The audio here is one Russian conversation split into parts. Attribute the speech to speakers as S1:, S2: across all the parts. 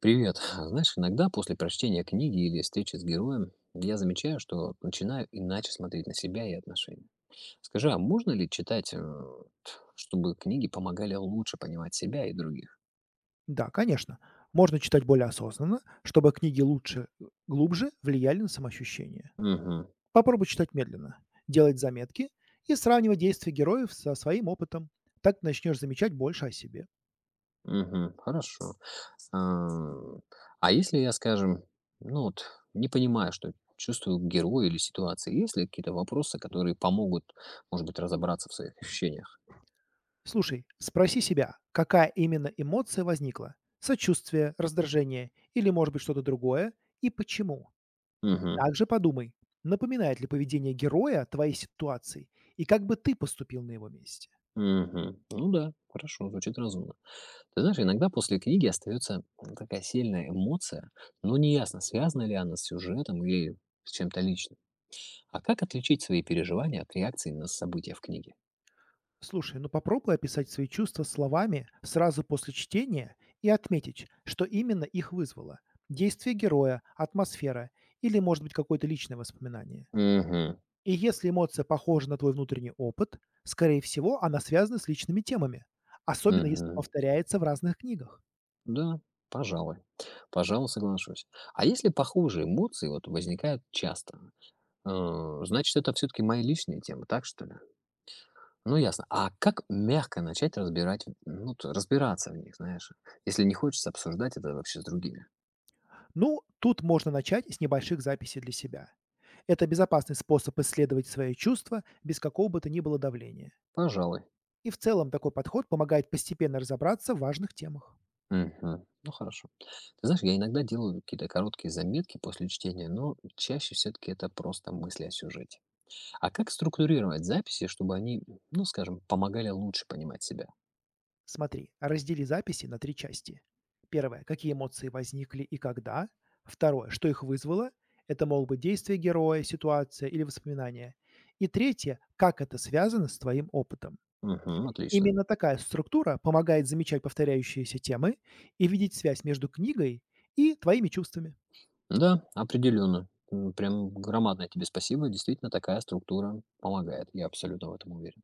S1: Привет. Знаешь, иногда после прочтения книги или встречи с героем я замечаю, что начинаю иначе смотреть на себя и отношения. Скажи, а можно ли читать, чтобы книги помогали лучше понимать себя и других?
S2: Да, конечно. Можно читать более осознанно, чтобы книги лучше, глубже влияли на самоощущение.
S1: Угу,
S2: Попробуй читать медленно, делать заметки и сравнивать действия героев со своим опытом. Так начнешь замечать больше о себе.
S1: угу, хорошо. Ам, А если я, скажем, ну вот, не понимаю, что чувствую героя или ситуации, есть ли какие-то вопросы, которые помогут, может быть, разобраться в своих ощущениях?
S2: Слушай, спроси себя, какая именно эмоция возникла? Сочувствие, раздражение или, может быть, что-то другое? И почему?
S1: Угу,
S2: Также подумай, напоминает ли поведение героя твоей ситуации и как бы ты поступил на его месте.
S1: угу. Ну да, хорошо, звучит разумно. Ты знаешь, иногда после книги остается такая сильная эмоция, но неясно, связана ли она с сюжетом или с чем-то личным. А как отличить свои переживания от реакции на события в книге?
S2: Слушай, ну попробуй описать свои чувства словами сразу после чтения и отметить, что именно их вызвало. Действие героя, атмосфера или, может быть, какое-то личное воспоминание.
S1: Угу,
S2: И если эмоция похожа на твой внутренний опыт, скорее всего, она связана с личными темами, особенно если
S1: угу.
S2: повторяется в разных книгах.
S1: Да, пожалуй. Пожалуй, соглашусь. А если похожие эмоции вот возникают часто, э, значит, это все-таки мои личные темы, так что ли? Ну, ясно. А как мягко начать разбирать, ну, разбираться в них, знаешь, если не хочется обсуждать это вообще с другими?
S2: Ну, тут можно начать с небольших записей для себя. Это безопасный способ исследовать свои чувства без какого бы то ни было давления.
S1: Пожалуй.
S2: И в целом такой подход помогает постепенно разобраться в важных темах.
S1: Мгм. Ну, хорошо. Ты знаешь, я иногда делаю какие-то короткие заметки после чтения, но чаще все-таки это просто мысли о сюжете. А как структурировать записи, чтобы они, ну, скажем, помогали лучше понимать себя?
S2: Смотри, раздели записи на 3 части. Первое, какие эмоции возникли и когда? Второе, что их вызвало? Это могут быть действия героя, ситуация или воспоминания. И третье, как это связано с твоим опытом?
S1: Угу, отлично.
S2: Именно такая структура помогает замечать повторяющиеся темы и видеть связь между книгой и твоими чувствами.
S1: Да, определенно. Прям громадное тебе спасибо. Действительно, такая структура помогает. Я абсолютно в этом уверен.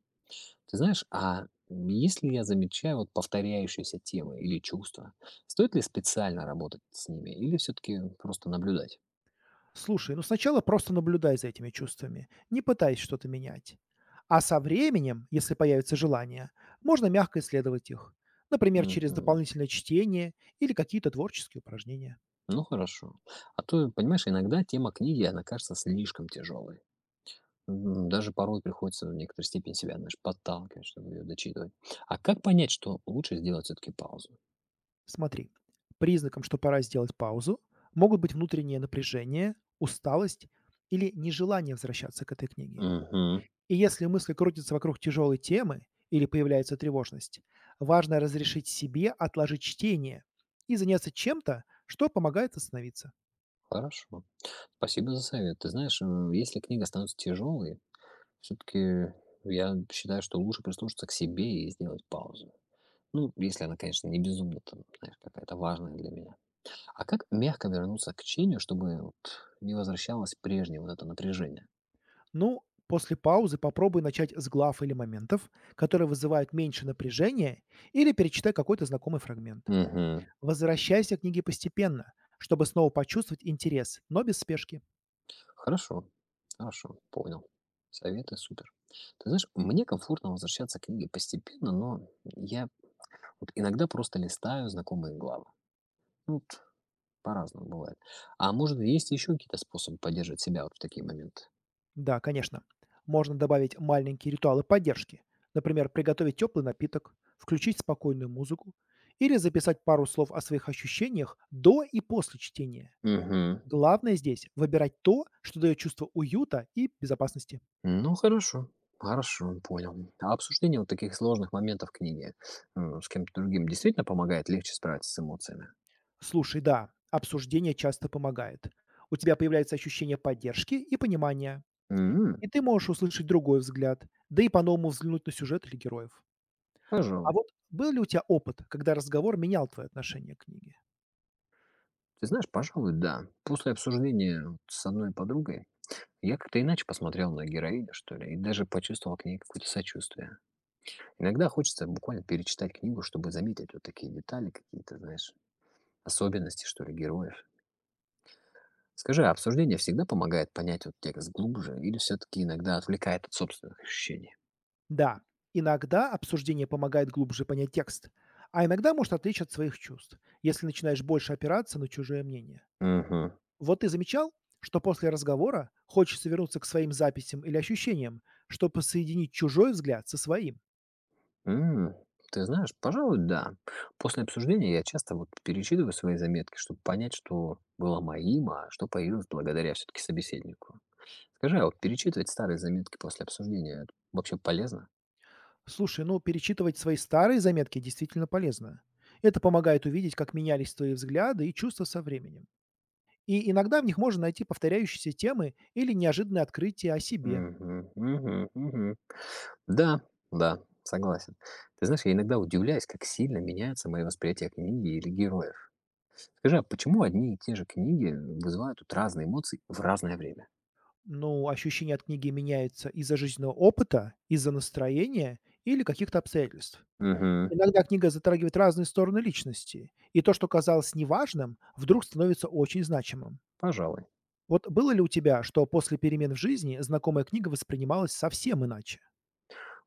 S1: Ты знаешь, а если я замечаю вот повторяющиеся темы или чувства, стоит ли специально работать с ними или все-таки просто наблюдать?
S2: Слушай, ну сначала просто наблюдай за этими чувствами, не пытаясь что-то менять. А со временем, если появится желание, можно мягко исследовать их. Например, через
S1: Мгм.
S2: дополнительное чтение или какие-то творческие упражнения.
S1: Ну хорошо. А то, понимаешь, иногда тема книги, она кажется слишком тяжелой. Даже порой приходится в некоторой степени себя, знаешь, подталкивать, чтобы ее дочитывать. А как понять, что лучше сделать все-таки паузу?
S2: Смотри, признаком, что пора сделать паузу, могут быть внутреннее напряжение, усталость или нежелание возвращаться к этой книге.
S1: Угу.
S2: И если мысли крутятся вокруг тяжелой темы или появляется тревожность, важно разрешить себе отложить чтение и заняться чем-то, что помогает остановиться.
S1: Хорошо. Спасибо за совет. Ты знаешь, если книга становится тяжелой, все-таки я считаю, что лучше прислушаться к себе и сделать паузу. Ну, если она, конечно, не безумно, там, знаешь, какая-то важная для меня. А как мягко вернуться к чтению, чтобы вот не возвращалось прежнее вот это напряжение?
S2: Ну, после паузы попробуй начать с глав или моментов, которые вызывают меньше напряжения, или перечитай какой-то знакомый фрагмент.
S1: Мгм.
S2: Возвращайся к книге постепенно, чтобы снова почувствовать интерес, но без спешки.
S1: Хорошо, хорошо, понял. Советы супер. Ты знаешь, мне комфортно возвращаться к книге постепенно, но я вот иногда просто листаю знакомые главы. Ну, вот по-разному бывает. А может, есть еще какие-то способы поддерживать себя вот в такие моменты?
S2: Да, конечно. Можно добавить маленькие ритуалы поддержки. Например, приготовить теплый напиток, включить спокойную музыку или записать пару слов о своих ощущениях до и после чтения.
S1: Угу.
S2: Главное здесь – выбирать то, что дает чувство уюта и безопасности.
S1: Ну, хорошо. Хорошо, понял. А обсуждение вот таких сложных моментов книги с кем-то другим действительно помогает легче справиться с эмоциями?
S2: Слушай, да, обсуждение часто помогает. У тебя появляется ощущение поддержки и понимания,
S1: М,
S2: и ты можешь услышать другой взгляд, да и по-новому взглянуть на сюжет или героев. А
S1: Пожалуй.
S2: вот был ли у тебя опыт, когда разговор менял твое отношение к книге?
S1: Ты знаешь, пожалуй, да. После обсуждения вот с одной подругой я как-то иначе посмотрел на героиню, что ли, и даже почувствовал к ней какое-то сочувствие. Иногда хочется буквально перечитать книгу, чтобы заметить вот такие детали какие-то, знаешь, особенности, что ли, героев. Скажи, а обсуждение всегда помогает понять вот текст глубже или все-таки иногда отвлекает от собственных ощущений?
S2: Да, иногда обсуждение помогает глубже понять текст, а иногда может отвлечь от своих чувств, если начинаешь больше опираться на чужое мнение.
S1: Угу.
S2: Вот ты замечал, что после разговора хочется вернуться к своим записям или ощущениям, чтобы соединить чужой взгляд со своим.
S1: М, Ты знаешь, пожалуй, да. После обсуждения я часто вот перечитываю свои заметки, чтобы понять, что было моим, а что появилось благодаря все-таки собеседнику. Скажи, а вот перечитывать старые заметки после обсуждения это вообще полезно?
S2: Слушай, ну перечитывать свои старые заметки действительно полезно. Это помогает увидеть, как менялись твои взгляды и чувства со временем. И иногда в них можно найти повторяющиеся темы или неожиданные открытия о себе.
S1: Мгм, мгм, мгм. Да, да, согласен. Ты знаешь, я иногда удивляюсь, как сильно меняется мое восприятие книги или героев. Скажи, а почему одни и те же книги вызывают вот разные эмоции в разное время?
S2: Ну, ощущения от книги меняются из-за жизненного опыта, из-за настроения или каких-то обстоятельств.
S1: Угу,
S2: Иногда книга затрагивает разные стороны личности, и то, что казалось неважным, вдруг становится очень значимым.
S1: пожалуй.
S2: Вот было ли у тебя, что после перемен в жизни знакомая книга воспринималась совсем иначе?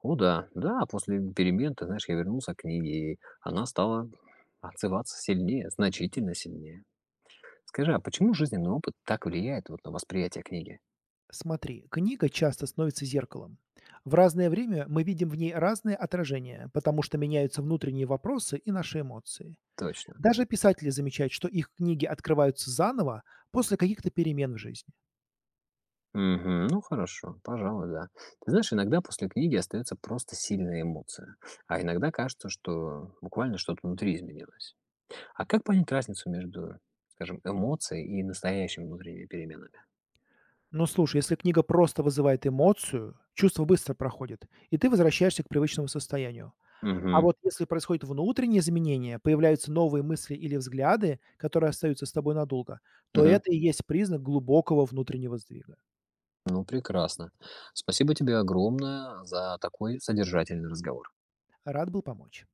S1: О, да, да, после перемен, ты знаешь, я вернулся к книге, и она стала отзываться сильнее, значительно сильнее. Скажи, а почему жизненный опыт так влияет вот на восприятие книги?
S2: Смотри, книга часто становится зеркалом. В разное время мы видим в ней разные отражения, потому что меняются внутренние вопросы и наши эмоции.
S1: Точно.
S2: Даже писатели замечают, что их книги открываются заново после каких-то перемен в жизни.
S1: Мгм. Ну хорошо, пожалуй, да. Ты знаешь, иногда после книги остается просто сильная эмоция, а иногда кажется, что буквально что-то внутри изменилось. А как понять разницу между, скажем, эмоцией и настоящими внутренними переменами?
S2: Но слушай, если книга просто вызывает эмоцию, чувство быстро проходит, и ты возвращаешься к привычному состоянию. А
S1: Мгм.
S2: вот если происходят внутренние изменения, появляются новые мысли или взгляды, которые остаются с тобой надолго, то
S1: Мгм.
S2: это и есть признак глубокого внутреннего сдвига.
S1: Ну прекрасно. Спасибо тебе огромное за такой содержательный разговор.
S2: Рад был помочь.